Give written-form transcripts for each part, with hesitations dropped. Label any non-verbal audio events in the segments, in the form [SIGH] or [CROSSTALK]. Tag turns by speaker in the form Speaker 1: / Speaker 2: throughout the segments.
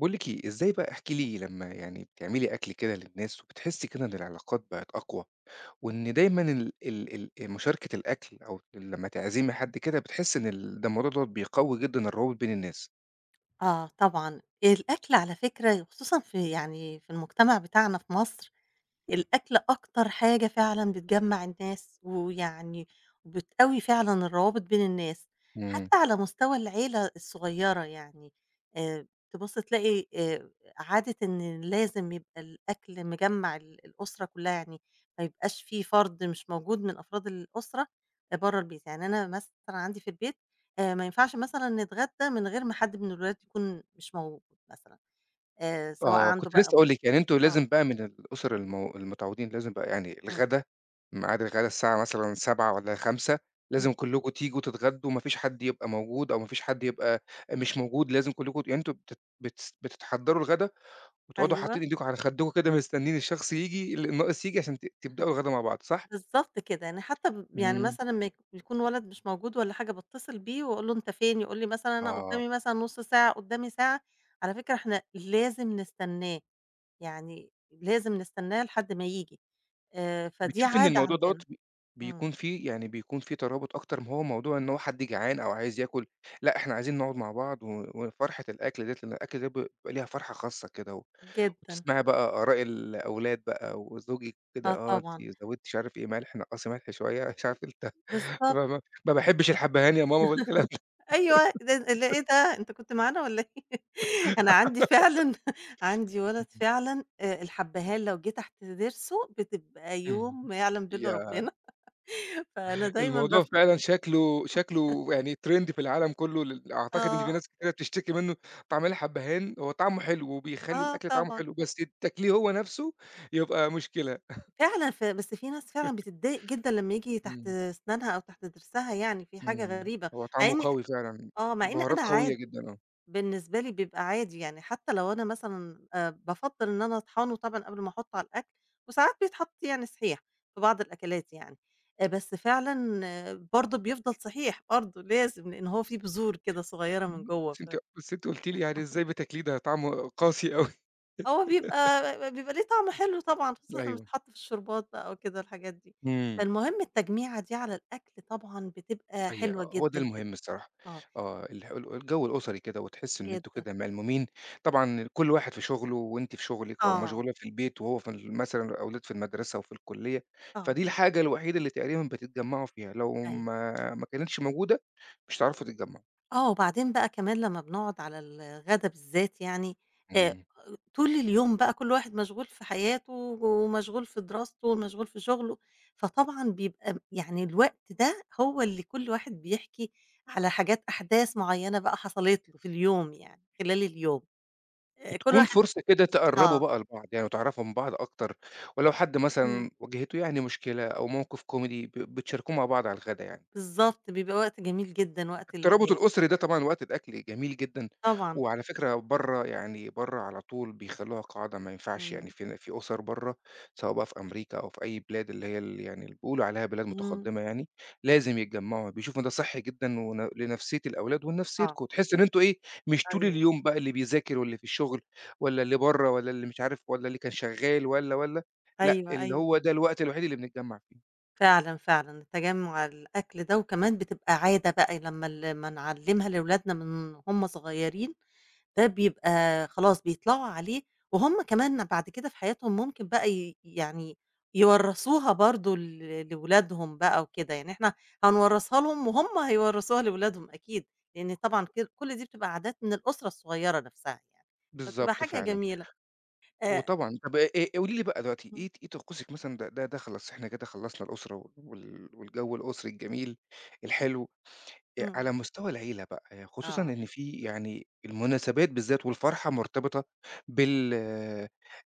Speaker 1: باقول لِك إيه، إزاي بقى احكي لي لمّا بتعملي أكل كده للناس وبتحسّي كده إن العلاقات بقت أقوى، وإن دايمًا ال ال ال مشاركة الأكل أو لمّا تعزمي حد كده بتحسّي إن ده الموضوع دوّة بيقوّي جدًا الروابط بين الناس؟
Speaker 2: آه طبعًا، الأكل على فكرة وخصوصًا في يعني في المجتمع بتاعنا في مصر الأكل أكتر حاجة فعلًا بتجمّع الناس، ويعني بتقوي فعلًا الروابط بين الناس،
Speaker 1: إمم.
Speaker 2: حتى على مستوى العيلة الصغيرة يعني، تبُص تلاقي عادة إن لازم يبقى الأكل مجمّع الأسرة كلها، يعني ما يبقاش في فرد مش موجود من أفراد الأسرة برّه البيت، يعني أنا مثلًا عندي في البيت ما ينفعش مثلًا نتغدى من غير ما حد من الولاد يكون مش موجود مثلًا، سواء
Speaker 1: آه،
Speaker 2: عنده
Speaker 1: كنت
Speaker 2: بقى
Speaker 1: لسه أقول لِك أنتم
Speaker 2: آه،
Speaker 1: لازم بقى من الأسر المتعودين لازم بقى يعني
Speaker 2: إمم،
Speaker 1: الغدا، ميعاد الغدا الساعة مثلًا 19:00 والّا 17:00
Speaker 2: إمم،
Speaker 1: لازم كلّكم تيجوا تتغدوا ما فيش حد يبقى موجود أو ما فيش حد يبقى مش موجود، لازم كلّكم يعني أنتم بت بتس بتتحضّروا الغدا وتقعدوا حاطين
Speaker 2: أيوه.
Speaker 1: إيديكم على خدِّكم كده مستنيين الشخص ييجي الناقص ييجي عشان تبدأوا الغدا مع بعض صح؟
Speaker 2: بالضبط كده، يعني حتى ب يعني
Speaker 1: إمم،
Speaker 2: مثلًا أمّا يك يكون ولد مش موجود والّا حاجة باتّصل بيه وأقول له: "أنت فين؟" يقول لي مثلًا: "أنا
Speaker 1: آه.
Speaker 2: قدّامي مثلًا نُص ساعة، قدّامي ساعة." على فكرة إحنا لازم نستناه، يعني لازم نستناه لحد ما ييجي، فدي
Speaker 1: بتشوف إن
Speaker 2: عادة
Speaker 1: الموضوع دوّة
Speaker 2: عندنا.
Speaker 1: بي
Speaker 2: إمم،
Speaker 1: بيكون فيه بيكون فيه ترابط أكتر ما هو موضوع إن هو حد جعان أو عايز ياكل، لأ إحنا عايزين نقعد مع بعض وفرحة الأكل ديّة لإن الأكل ده بيبقى ليها فرحة خاصة كده و
Speaker 2: جدًا،
Speaker 1: وتسمعي بقى آراء الأولاد بقى وزوجِك
Speaker 2: آه
Speaker 1: وكده، آه أنتِ
Speaker 2: طبعًا،
Speaker 1: زوِّدتِ مش عارف إيه ملح، نقّصي ملح شوية [LAUGHS] مش عارف أنت [LAUGHS]
Speaker 2: بالضبط،
Speaker 1: فاهمة، ما باحبش الحبهان يا ماما والكلام ده.
Speaker 2: أيوه، ده اللي إيه ده أنت كنت معانا والّا إيه؟ [LAUGHS] أنا عندي فعلًا [LAUGHS] عندي ولد فعلًا الحبّهان لو جه تحت ضرسه بتبقى يوم
Speaker 1: [LAUGHS]
Speaker 2: ما يعلم به إلّا
Speaker 1: يا
Speaker 2: ربنا، [LAUGHS] فأنا دايمًا
Speaker 1: الموضوع
Speaker 2: بف
Speaker 1: فعلًا شكله يعني trend في العالم كلّه أعتقد إن في
Speaker 2: آه،
Speaker 1: ناس كتيرة بتشتكي منّه، طعمية الحبّهان هو طعمه حلو وبيخلّي
Speaker 2: آه
Speaker 1: الأكل طعمه
Speaker 2: طبعًا.
Speaker 1: حلو، بس التاكليه هو نَفْسه يبقى مشكلة.
Speaker 2: فعلًا ف بس في ناس فعلًا بتتضايق جدًا لمّا ييجي تحت
Speaker 1: إمم،
Speaker 2: أسنانها أو تحت ضِرسها يعني، في حاجة
Speaker 1: إمم،
Speaker 2: غريبة،
Speaker 1: هو
Speaker 2: مع
Speaker 1: طعمه
Speaker 2: إني
Speaker 1: قوي فعلًا،
Speaker 2: آه، مع إن
Speaker 1: بهارات
Speaker 2: أنا
Speaker 1: قوية
Speaker 2: عادي،
Speaker 1: جدًا آه.
Speaker 2: بالنسبة لي بيبقى عادي يعني، حتى لو أنا مثلًا بافضّل إن أنا أطحنه طبعًا قبل ما أحُطّه على الأكل، وساعات بيتحط يعني صحيح في بعض الأكلات يعني، بس فعلًا آه برضه بيفضل صحيح برضه لازم، لإن هو في بذور كده صغيرة من
Speaker 1: إمم،
Speaker 2: جوّه ف
Speaker 1: بس أنتِ قُلتِ لي يعني إزاي بتاكليه ده طعمه قاسي أوي.
Speaker 2: هو بيبقى ليه طعم حلو طبعًا،
Speaker 1: [LAUGHS]
Speaker 2: خصوصًا لمّا
Speaker 1: أيوه.
Speaker 2: يتحط في الشوربات بقى وكده والحاجات دي.
Speaker 1: إمم.
Speaker 2: فالمهم التجميعة دي على الأكل طبعًا بتبقى
Speaker 1: هي
Speaker 2: حلوة
Speaker 1: آه، هو ده
Speaker 2: جدًا، جدًا.
Speaker 1: المهم الصراحة،
Speaker 2: آه،
Speaker 1: آه، الح ال الجو الأسري كده وتحس إن أنتم
Speaker 2: جدًا.
Speaker 1: كده ملمومين، طبعًا كل واحد في شغله وأنتِ في شغلِك أو
Speaker 2: آه،
Speaker 1: مشغولة في البيت وهو في مثلًا الأولاد في المدرسة وفي الكلية،
Speaker 2: آه،
Speaker 1: فدي الحاجة الوحيدة اللي تقريبًا بتتجمعوا فيها، لو
Speaker 2: أيوه.
Speaker 1: ما كانتش موجودة مش هتعرفوا تتجمعوا.
Speaker 2: آه، وبعدين بقى كمان لمّا بنقعد على الغدا بالذات يعني آآ،
Speaker 1: إمم.
Speaker 2: طول اليوم بقى كل واحد مشغول في حياته ومشغول في دراسته ومشغول في شغله، فطبعًا بيبقى م يعني الوقت ده هو اللي كل واحد بيحكي على حاجات أحداث معيّنة بقى حصلت له في اليوم يعني خلال اليوم، كل
Speaker 1: بتكون
Speaker 2: واحد
Speaker 1: فرصة كده تقربوا
Speaker 2: آه،
Speaker 1: بقى لبعض يعني وتعرفوا من بعض أكتر، ولو حد
Speaker 2: إمم،
Speaker 1: مثلًا واجهته يعني مشكلة أو موقف كوميدي بتشاركوه مع بعض على الغدا يعني.
Speaker 2: بالضبط بيبقى وقت جميل جدًا وقت ال
Speaker 1: الترابط الأسري ده طبعًا وقت الأكل جميل جدًا،
Speaker 2: طبعًا،
Speaker 1: وعلى فكرة برّه يعني برّه على طول بيخلّوها قاعدة ما ينفعش يعني
Speaker 2: إمم،
Speaker 1: في أُسر برّه، سواء بقى في أمريكا أو في أي بلاد اللي هي ال يعني اللي بيقولوا عليها بلاد
Speaker 2: إمم،
Speaker 1: متقدمة يعني، لازم يتجمّعوا، بيشوفوا إن ده صحّي جدًا لنفسية الأولاد
Speaker 2: آه،
Speaker 1: ولنفسيتكم، تحس إن أنتم إيه، مش طول
Speaker 2: أيوه،
Speaker 1: اليوم بقى اللي بيذاكر واللي في الشغل والّا اللي برّه والّا اللي مش عارف والّا اللي كان شغّال والّا، لأ اللي
Speaker 2: أيوه.
Speaker 1: هو ده الوقت الوحيد اللي بنتجمّع فيه.
Speaker 2: فعلًا، فعلًا، تجمُّع الأكل ده وكمان بتبقى عادة بقى لمّا ال لمّا نعلِّمها لولادنا من هُم صغيرين، ده بيبقى خلاص بيطلعوا عليه وهُم كمان بعد كده في حياتهم ممكن بقى ي يعني يورّثوها برضه ل لولادهم بقى وكده، يعني إحنا هنورّثها لهم وهُم هيورّثوها لولادهم أكيد، لإن طبعًا ك كل دي بتبقى عادات من الأسرة الصغيرة نفسها يعني، فبتبقى
Speaker 1: بالضبط
Speaker 2: حاجة
Speaker 1: فعلًا.
Speaker 2: جميلة. آآ
Speaker 1: وطبعًا طب قولي لي بقى دلوقتي
Speaker 2: إمم،
Speaker 1: إيه طقوسِك مثلًا ده ده ده خلاص إحنا كده خلّصنا الأسرة والجو الأسري الجميل الحلو على
Speaker 2: إمم،
Speaker 1: مستوى العيلة بقى، خصوصًا
Speaker 2: آه،
Speaker 1: إن في يعني المناسبات بالذات والفرحة مرتبطة بال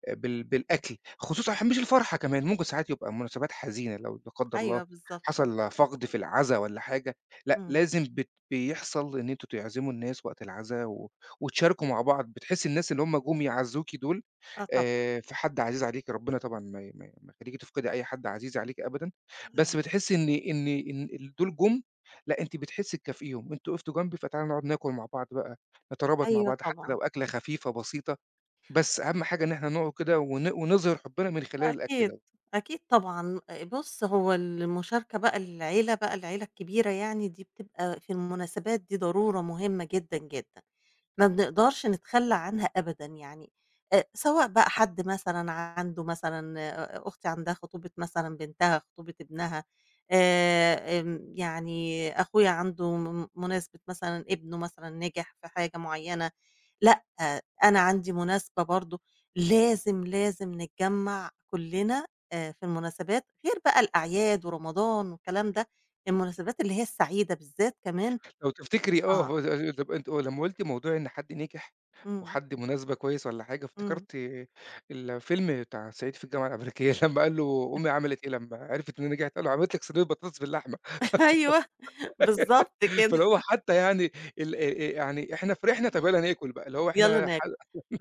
Speaker 1: بالأكل، خصوصًا ح مش الفرحة كمان، ممكن ساعات يبقى مناسبات حزينة لو لا قدّر الله
Speaker 2: أيوه بالضبط،
Speaker 1: حصل
Speaker 2: بالضبط،
Speaker 1: فقد في العزا والّا حاجة، لأ
Speaker 2: إمم،
Speaker 1: لازم بيحصل إن أنتم تعزموا الناس وقت العزا و وتشاركوا مع بعض، بتحسّي الناس اللي هُم جُم يعزّوكِ دول
Speaker 2: آه طبعًا.
Speaker 1: في حد عزيز عليكِ، ربنا طبعًا ما يخلّيكِ تفقدي أي حد عزيز عليكِ أبدًا، بس بتحسّي إن دول جُم لأ، أنتِ بتحسّي تكافئيهم، "أنتم وقفتوا جنبي فتعالوا نقعد ناكل مع بعض بقى، نترابط مع
Speaker 2: أيوه
Speaker 1: بعض." حتى
Speaker 2: طبعًا،
Speaker 1: لو أكلة خفيفة بسيطة، بس أهم حاجة إن إحنا نقعد كده ونظهر حُبّنا من خلال الأكل
Speaker 2: أكيد،
Speaker 1: دوّة.
Speaker 2: أكيد طبعًا. بُص، هو المشاركة بقى العيلة بقى العيلة الكبيرة يعني دي بتبقى في المناسبات دي ضرورة مهمة جدًا، جدًا، ما بنقدرش نتخلّى عنها أبدًا يعني، سواء بقى حد مثلًا عنده مثلًا أختي عندها خطوبة مثلًا بنتها، خطوبة ابنها، آمم يعني أخويا عنده م مناسبة مثلًا ابنه مثلًا نجح في حاجة معيّنة، لأ، آه، أنا عندي مناسبة برضه لازم، لازم نتجمّع كُلّنا في المناسبات، غير بقى الأعياد ورمضان والكلام ده، المناسبات اللي هي السعيدة بالذات كمان
Speaker 1: لو تفتكري آه،
Speaker 2: آه،
Speaker 1: هو ده طَب أنتِ اه لمّا قُلتِ موضوع إن حد نجح
Speaker 2: إمم،
Speaker 1: وحد مناسبة كويس والّا حاجة،
Speaker 2: إمم.
Speaker 1: افتكرت الفيلم بتاع صعيدي في الجامعة الأمريكية [LAUGHS] لمّا قال له أمي عملت إيه لمّا عرفت إنّي نجحت، قال له: "عملت لك صينية بطاطس باللحمة."
Speaker 2: [LAUGHS] أيوه بالضبط
Speaker 1: [LAUGHS]
Speaker 2: كده،
Speaker 1: فاللي هو حتى يعني ال يعني إحنا فرحنا طَب يالّا ناكل بقى، اللي هو
Speaker 2: يالّا
Speaker 1: إحنا ح
Speaker 2: ناكل.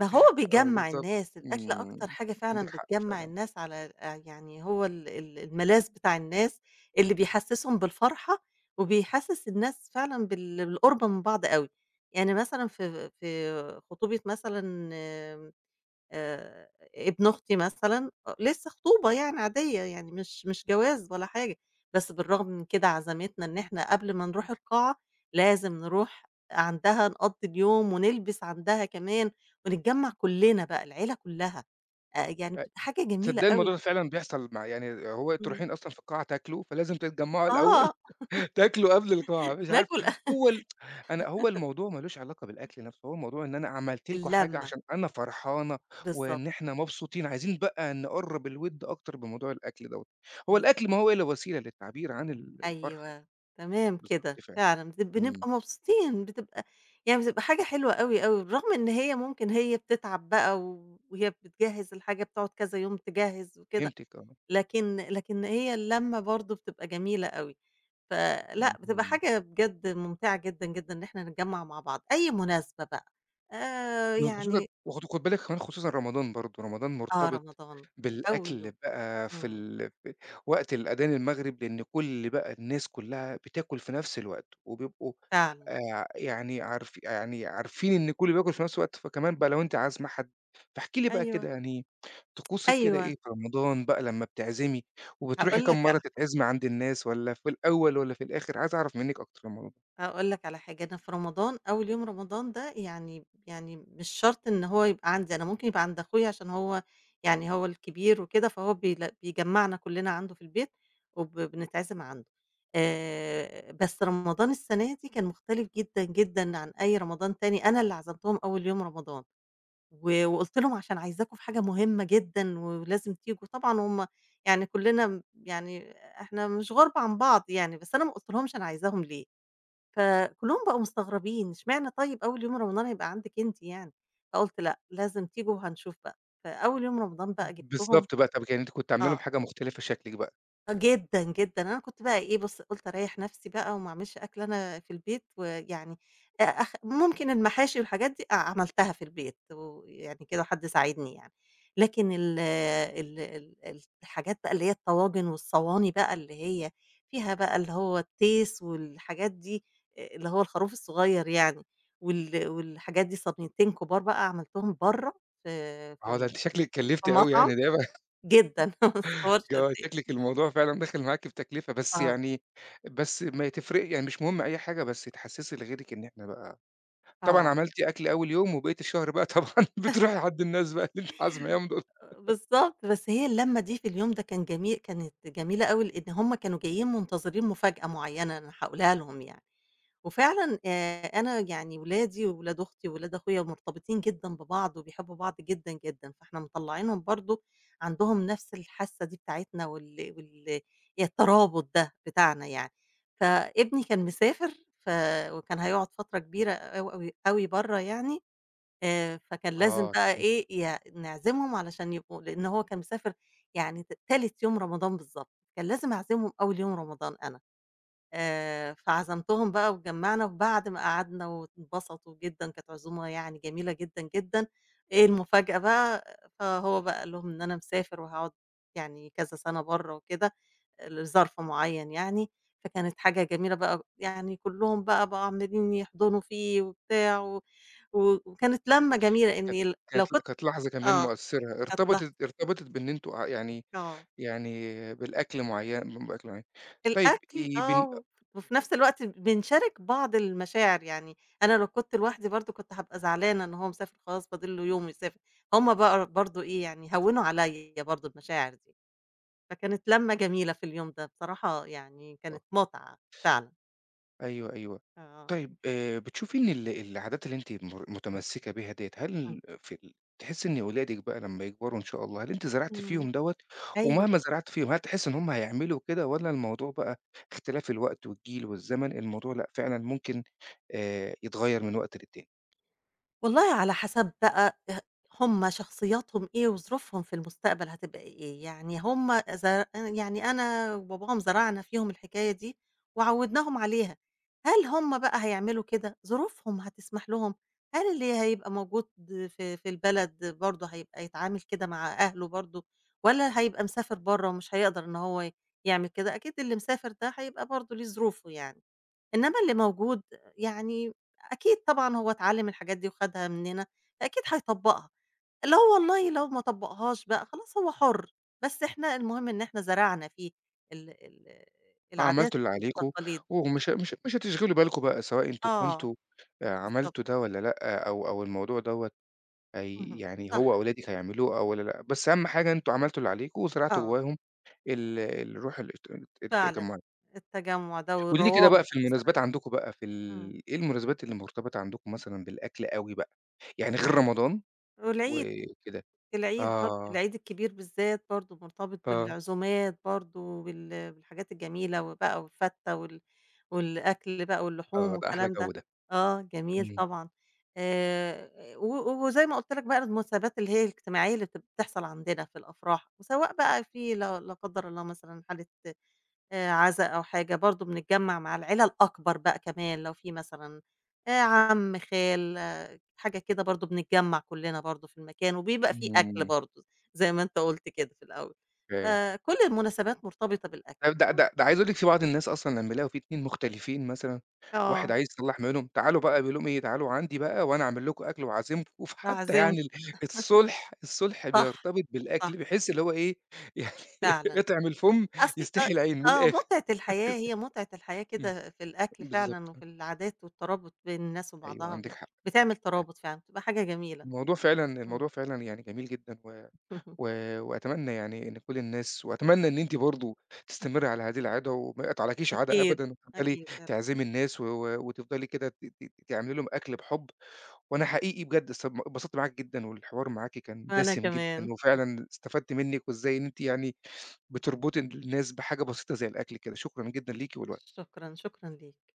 Speaker 2: ما هو
Speaker 1: ح آه
Speaker 2: بيجمّع
Speaker 1: بالضبط،
Speaker 2: الناس، الأكل أكتر
Speaker 1: إمم،
Speaker 2: حاجة فعلًا
Speaker 1: عندِك حق
Speaker 2: بتجمّع
Speaker 1: فعلًا.
Speaker 2: الناس على يعني هو ال ال الملاذ بتاع الناس اللي بيحسّسهم بالفرحة، وبيحسّس الناس فعلًا بال بالقُرب من بعض أوي. يعني مثلًا في في خطوبة مثلًا آه، ابن أختي مثلًا أ لسه خطوبة يعني عادية، يعني مش مش جواز ولا حاجة، بس بالرغم من كده عزمتنا إن إحنا قبل ما نروح القاعة لازم نروح عندها نقضّي اليوم ونلبس عندها كمان، ونتجمّع كُلّنا بقى العيلة كُلّها، يعني
Speaker 1: أ
Speaker 2: بتبقى حاجة جميلة
Speaker 1: تصدّقي الموضوع
Speaker 2: أوي.
Speaker 1: ده فعلًا بيحصل مع يعني هو أنتم
Speaker 2: إمم.
Speaker 1: رايحين أصلًا في القاعة تاكلوا، فلازم تتجمّعوا الأول
Speaker 2: آه،
Speaker 1: [LAUGHS] تاكلوا قبل القاعة، مش عارف
Speaker 2: ناكل [LAUGHS] أكل
Speaker 1: هو ال أنا هو الموضوع ما لوش علاقة بالأكل نَفْسه، هو الموضوع إن أنا عملت لكم حاجة
Speaker 2: اللمّة،
Speaker 1: عشان أنا فرحانة
Speaker 2: بالضبط،
Speaker 1: وإن إحنا مبسوطين، عايزين بقى نقرّب الوِد أكتر بموضوع الأكل دوّة. هو
Speaker 2: بالضبط.
Speaker 1: الأكل ما هو إلا وسيلة للتعبير عن الفرحة يعني،
Speaker 2: أيوه، تمام
Speaker 1: بالضبط
Speaker 2: كده،
Speaker 1: فعلًا،
Speaker 2: فعلًا بت
Speaker 1: إمم،
Speaker 2: بنبقى مبسوطين، بتبقى يعني بتبقى حاجة حلوة أوي، أوي، بالرغم إن هي ممكن هي بتتعب بقى و- وهي بتجهّز الحاجة بتقعد كذا يوم تجهّز وكده،
Speaker 1: فهمتِك آه،
Speaker 2: لكن هي اللمة برضه بتبقى جميلة أوي، فلأ بتبقى
Speaker 1: إمم.
Speaker 2: حاجة بجد ممتعة جدًا، جدًا، إن إحنا نتجمّع مع بعض، أي مناسبة بقى
Speaker 1: وخصوصًا
Speaker 2: يعني
Speaker 1: وخد خد بالِك كمان خصوصًا رمضان برضه، رمضان
Speaker 2: آه،
Speaker 1: مرتبط
Speaker 2: رمضان أول
Speaker 1: بالأكل
Speaker 2: يوم،
Speaker 1: بقى في
Speaker 2: إمم،
Speaker 1: ال في وقت الأذان المغرب، لإن كل بقى الناس كلّها بتاكل في نفس الوقت، وبيبقوا
Speaker 2: فعلًا،
Speaker 1: عارفين إن كلّه بياكل في نفس الوقت، فكمان بقى لو أنتِ عازمة حد فاحكِ لي بقى كده
Speaker 2: أيوه،
Speaker 1: يعني طقوسِك كده
Speaker 2: أيوه،
Speaker 1: إيه في رمضان بقى لمّا بتعزمي، وبتروحي
Speaker 2: هاقول
Speaker 1: كام
Speaker 2: لك
Speaker 1: مرّة
Speaker 2: على
Speaker 1: تتعزمي عند الناس والّا في الأول والّا في الآخر؟ عايز أعرف منِّك أكتر الموضوع ده.
Speaker 2: هاقول لك على حاجة، أنا في رمضان أول يوم رمضان ده يعني يعني مش شرط إن هو يبقى عندي أنا، ممكن يبقى عند أخويا عشان هو يعني هو الكبير وكده، فهو بيل بيجمّعنا كلّنا عنده في البيت وب بنتعزم عنده. بس رمضان السنة دي كان مختلف جدًا، جدًا عن أي رمضان تاني، أنا اللي عزمتهم أول يوم رمضان، وقُلت لهم عشان عايزاكم في حاجة مهمة جدًا ولازم تيجوا، طبعًا هُم يعني كلّنا م يعني إحنا مش غُرب عن بعض يعني، بس أنا ما قُلتلهمش أنا عايزاهم ليه. فكلّهم بقوا مستغربين، إشمعنى طيب أول يوم رمضان هيبقى عندِك أنتِ يعني؟ فقُلت لأ، لازم تيجوا وهنشوف بقى، فأول يوم رمضان بقى جِبتهم
Speaker 1: بالضبط بقى، طَب يعني أنتِ كنتِ عاملة لهم
Speaker 2: آه.
Speaker 1: حاجة مختلفة شكلِك بقى.
Speaker 2: آه جدًا، جدًا. أنا كنت بقى إيه، بُص قُلت أريّح نَفْسي بقى وما أعملش أكل أنا في البيت ويعني أ أخ ممكن المحاشي والحاجات دي أ عملتها في البيت ويعني كده حد ساعدني يعني، لكن ال ال ال الحاجات بقى اللي هي الطواجن والصواني بقى اللي هي فيها بقى اللي هو التيس والحاجات دي اللي هو الخروف الصغير يعني وال والحاجات دي صينيتين كُبار بقى عملتهم برّه في
Speaker 1: آه، ده
Speaker 2: في
Speaker 1: أنتِ شكلِك اتكلّفتِ
Speaker 2: في
Speaker 1: أوي
Speaker 2: مطعم
Speaker 1: يعني، ده يبقى [LAUGHS]
Speaker 2: جدًا [LAUGHS] ما تتصورش قد
Speaker 1: آه،
Speaker 2: إيه.
Speaker 1: شكلِك الموضوع فعلًا داخل معاكِ في تكلفة، بس
Speaker 2: آه،
Speaker 1: يعني بس ما تفرق يعني مش مهم أي حاجة، بس تحسّسي لغيرِك إن إحنا بقى طبعًا
Speaker 2: آه.
Speaker 1: عملتِ أكل أول يوم وبقية الشهر بقى طبعًا [LAUGHS] بتروحي عند الناس بقى اللي أنتِ عازماهم دول.
Speaker 2: بالضبط، بس هي اللمة دي في اليوم ده كان جميل كانت جميلة أوي، لإن هُم كانوا جايين منتظرين مفاجأة معيّنة أنا هاقولها لهم يعني، وفعلًا أنا يعني ولادي وولاد أختي وولاد أخويا مرتبطين جدًا ببعض وبيحبوا بعض جدًا، جدًا، فإحنا مطلّعينهم برضه عندهم نفس الحاسة دي بتاعتنا وال وال الترابط ده بتاعنا يعني، فابني كان مسافر ف وكان هيقعد فترة كبيرة أوي، أوي، أوي برّه يعني فكان لازم
Speaker 1: آه،
Speaker 2: بقى
Speaker 1: تمام.
Speaker 2: إيه، ي نعزمهم علشان يبقوا لإن هو كان مسافر يعني ت تالت يوم رمضان بالضبط، كان لازم أعزمهم أول يوم رمضان أنا، فعزمتهم بقى واتجمّعنا، وبعد ما قعدنا واتبسطوا جدًا، كانت عزومة يعني جميلة جدًا، جدًا، إيه المفاجأة بقى، فهو بقى قال لهم إن أنا مسافر وهاقعد يعني كذا سَنة برّه وكده، لظرف معيّن يعني، فكانت حاجة جميلة بقى، يعني كلّهم بقى بقوا عمّالين يحضنوا فيه وبتاع و و وكانت لمّة جميلة
Speaker 1: كانت
Speaker 2: إني ل لو كنت
Speaker 1: كانت لحظة كمان
Speaker 2: آه،
Speaker 1: مؤثّرة،
Speaker 2: كانت لحظة
Speaker 1: ارتبطت بإن أنتم ع يعني
Speaker 2: آه،
Speaker 1: يعني بالأكل معيّن بأكل معيّن. طيب
Speaker 2: الأكل آه،
Speaker 1: بن
Speaker 2: و وفي نفس الوقت بنشارك بعض المشاعر، يعني أنا لو كنت لوحدي برضه كنت هابقى زعلانة إن هو مسافر خلاص فاضل له يوم ويسافر، هُم بقى برضه إيه يعني هوّنوا عليَّ برضه المشاعر دي، فكانت لمّة جميلة في اليوم ده بصراحة يعني كانت متعة فعلًا،
Speaker 1: أيوه، أيوه.
Speaker 2: آه،
Speaker 1: طيب بتشوفي إن العادات اللي أنتِ متمسّكة بيها ديّة،
Speaker 2: إمم،
Speaker 1: هل في ال تحسّي إن ولادِك بقى لمّا يكبروا إن شاء الله، هل أنتِ زرعتِ
Speaker 2: إمم،
Speaker 1: فيهم دوّة،
Speaker 2: أيوه.
Speaker 1: ومهما زرعتِ فيهم هل تحسّي إن هم هيعملوا كده والّا الموضوع بقى اختلاف الوقت والجيل والزمن، الموضوع لأ فعلًا ممكن يتغيّر من وقت للتاني؟
Speaker 2: والله على حسب بقى ه هم شخصياتهم إيه وظروفهم في المستقبل هتبقى إيه، يعني هم زر يعني أنا وباباهم زرعنا فيهم الحكاية دي وعوّدناهم عليها، هل هم بقى هيعملوا كده؟ ظروفهم هتسمح لهم؟ هل اللي هيبقى موجود في في البلد برضه هيبقى يتعامل كده مع أهله برضه والّا هيبقى مسافر برّه ومش هيقدر إن هو يعمل كده؟ أكيد اللي مسافر ده هيبقى برضه ليه ظروفه يعني. إنما اللي موجود يعني أكيد طبعًا هو اتعلّم الحاجات دي وخدها مننا، فأكيد هيطبّقها، لو والله لو ما طبّقهاش بقى خلاص هو حُر، بس إحنا المهم إن إحنا زرعنا فيه ال ال العادات
Speaker 1: عملتوا اللي عليكم
Speaker 2: والتقاليد.
Speaker 1: ومش ه مش مش هتشغلوا بالكم بقى سواء أنتم
Speaker 2: آه،
Speaker 1: كنتم
Speaker 2: بالضبط،
Speaker 1: عملتوا ده والّا لأ أو الموضوع دوّة هي
Speaker 2: اهم،
Speaker 1: يعني
Speaker 2: صح،
Speaker 1: هو أولادِك هيعملوه أو والّا لأ، بس أهم حاجة أنتم عملتوا اللي عليكم وزرعتوا
Speaker 2: آه،
Speaker 1: جواهم الروح
Speaker 2: فعلًا
Speaker 1: التجمُّعية.
Speaker 2: التجمُّع ده
Speaker 1: قولي لي كده
Speaker 2: والروابط
Speaker 1: بقى في المناسبات
Speaker 2: الأسرية،
Speaker 1: عندكم بقى في
Speaker 2: إمم،
Speaker 1: ال إيه المناسبات اللي مرتبطة عندكم مثلًا بالأكل أوي بقى، يعني غير رمضان
Speaker 2: والعيد
Speaker 1: وكده؟
Speaker 2: العيد برضه
Speaker 1: آه،
Speaker 2: العيد الكبير بالذات برضه مرتبط
Speaker 1: ف
Speaker 2: بالعزومات برضه وبال بالحاجات الجميلة وبقى والفتة وال والأكل بقى واللحوم
Speaker 1: آه، ده أحلى
Speaker 2: والكلام
Speaker 1: جو
Speaker 2: ده،
Speaker 1: ده.
Speaker 2: آه جميل
Speaker 1: إمم،
Speaker 2: طبعًا. و وزي ما قُلت لك بقى المناسبات اللي هي الاجتماعية اللي بتب بتحصل عندنا في الأفراح، وسواء بقى في لا لا قدّر الله مثلًا حالة عزا أو حاجة برضه بنتجمّع مع العيلة الأكبر بقى كمان لو في مثلًا عم، خال حاجة كده برضه بنتجمّع كلّنا برضه في المكان، وبيبقى في أكل
Speaker 1: إمم،
Speaker 2: برضه زي ما أنت قُلت كده في الأول،
Speaker 1: فاهم.
Speaker 2: فكل المناسبات مرتبطة بالأكل.
Speaker 1: ده ده ده ده عايز أقول لِك في بعض الناس أصلًا لمّا يلاقوا في 2 مختلفين مثلًا، واحد
Speaker 2: آه،
Speaker 1: عايز يصلّح ما بينهم، تعالوا بقى بيقول لهم إيه، تعالوا عندي بقى وأنا أعمل لكم أكل واعازمكم، [LAUGHS] فحتى
Speaker 2: أعزمكم
Speaker 1: يعني ال الصلح
Speaker 2: صح،
Speaker 1: بيرتبط
Speaker 2: صح
Speaker 1: بالأكل، بحيث اللي هو إيه، يعني [LAUGHS]
Speaker 2: فعلًا.
Speaker 1: اطعم الفُم
Speaker 2: أصل أ
Speaker 1: يستحي العين من
Speaker 2: آه،
Speaker 1: الآخر.
Speaker 2: متعة الحياة هي متعة الحياة
Speaker 1: إمم،
Speaker 2: كده في الأكل فعلًا،
Speaker 1: بالضبط،
Speaker 2: وفي العادات والترابط بين الناس
Speaker 1: أيوه
Speaker 2: وبعضها
Speaker 1: عندِك
Speaker 2: بت
Speaker 1: حق
Speaker 2: بتعمل
Speaker 1: فعلًا.
Speaker 2: ترابط فعلًا، بتبقى حاجة جميلة.
Speaker 1: الموضوع
Speaker 2: إمم.
Speaker 1: فعلًا يعني جميل جدًا و و
Speaker 2: [LAUGHS]
Speaker 1: وأتمنى يعني إن كل الناس وأتمنى إن أنتِ برضه تستمري على هذه العادة وما يقطعلكيش عادة
Speaker 2: أكيد،
Speaker 1: أبدًا، وتفضلي
Speaker 2: أكيد يا رب.
Speaker 1: تعزمي الناس وتفضلي كده ت ت تعملي لهم أكل بحُب، وأنا حقيقي بجد اتبسطت معاكِ جدًا، والحوار معاكِ كان
Speaker 2: وأنا
Speaker 1: دسم
Speaker 2: كمان،
Speaker 1: جدًا، وفعلًا استفدت منِّك، وإزاي إن أنتِ يعني بتربطي الناس بحاجة بسيطة زي الأكل كده، شكرًا جدًا ليكِ ولوقتِك.
Speaker 2: شكرًا، شكرًا ليك.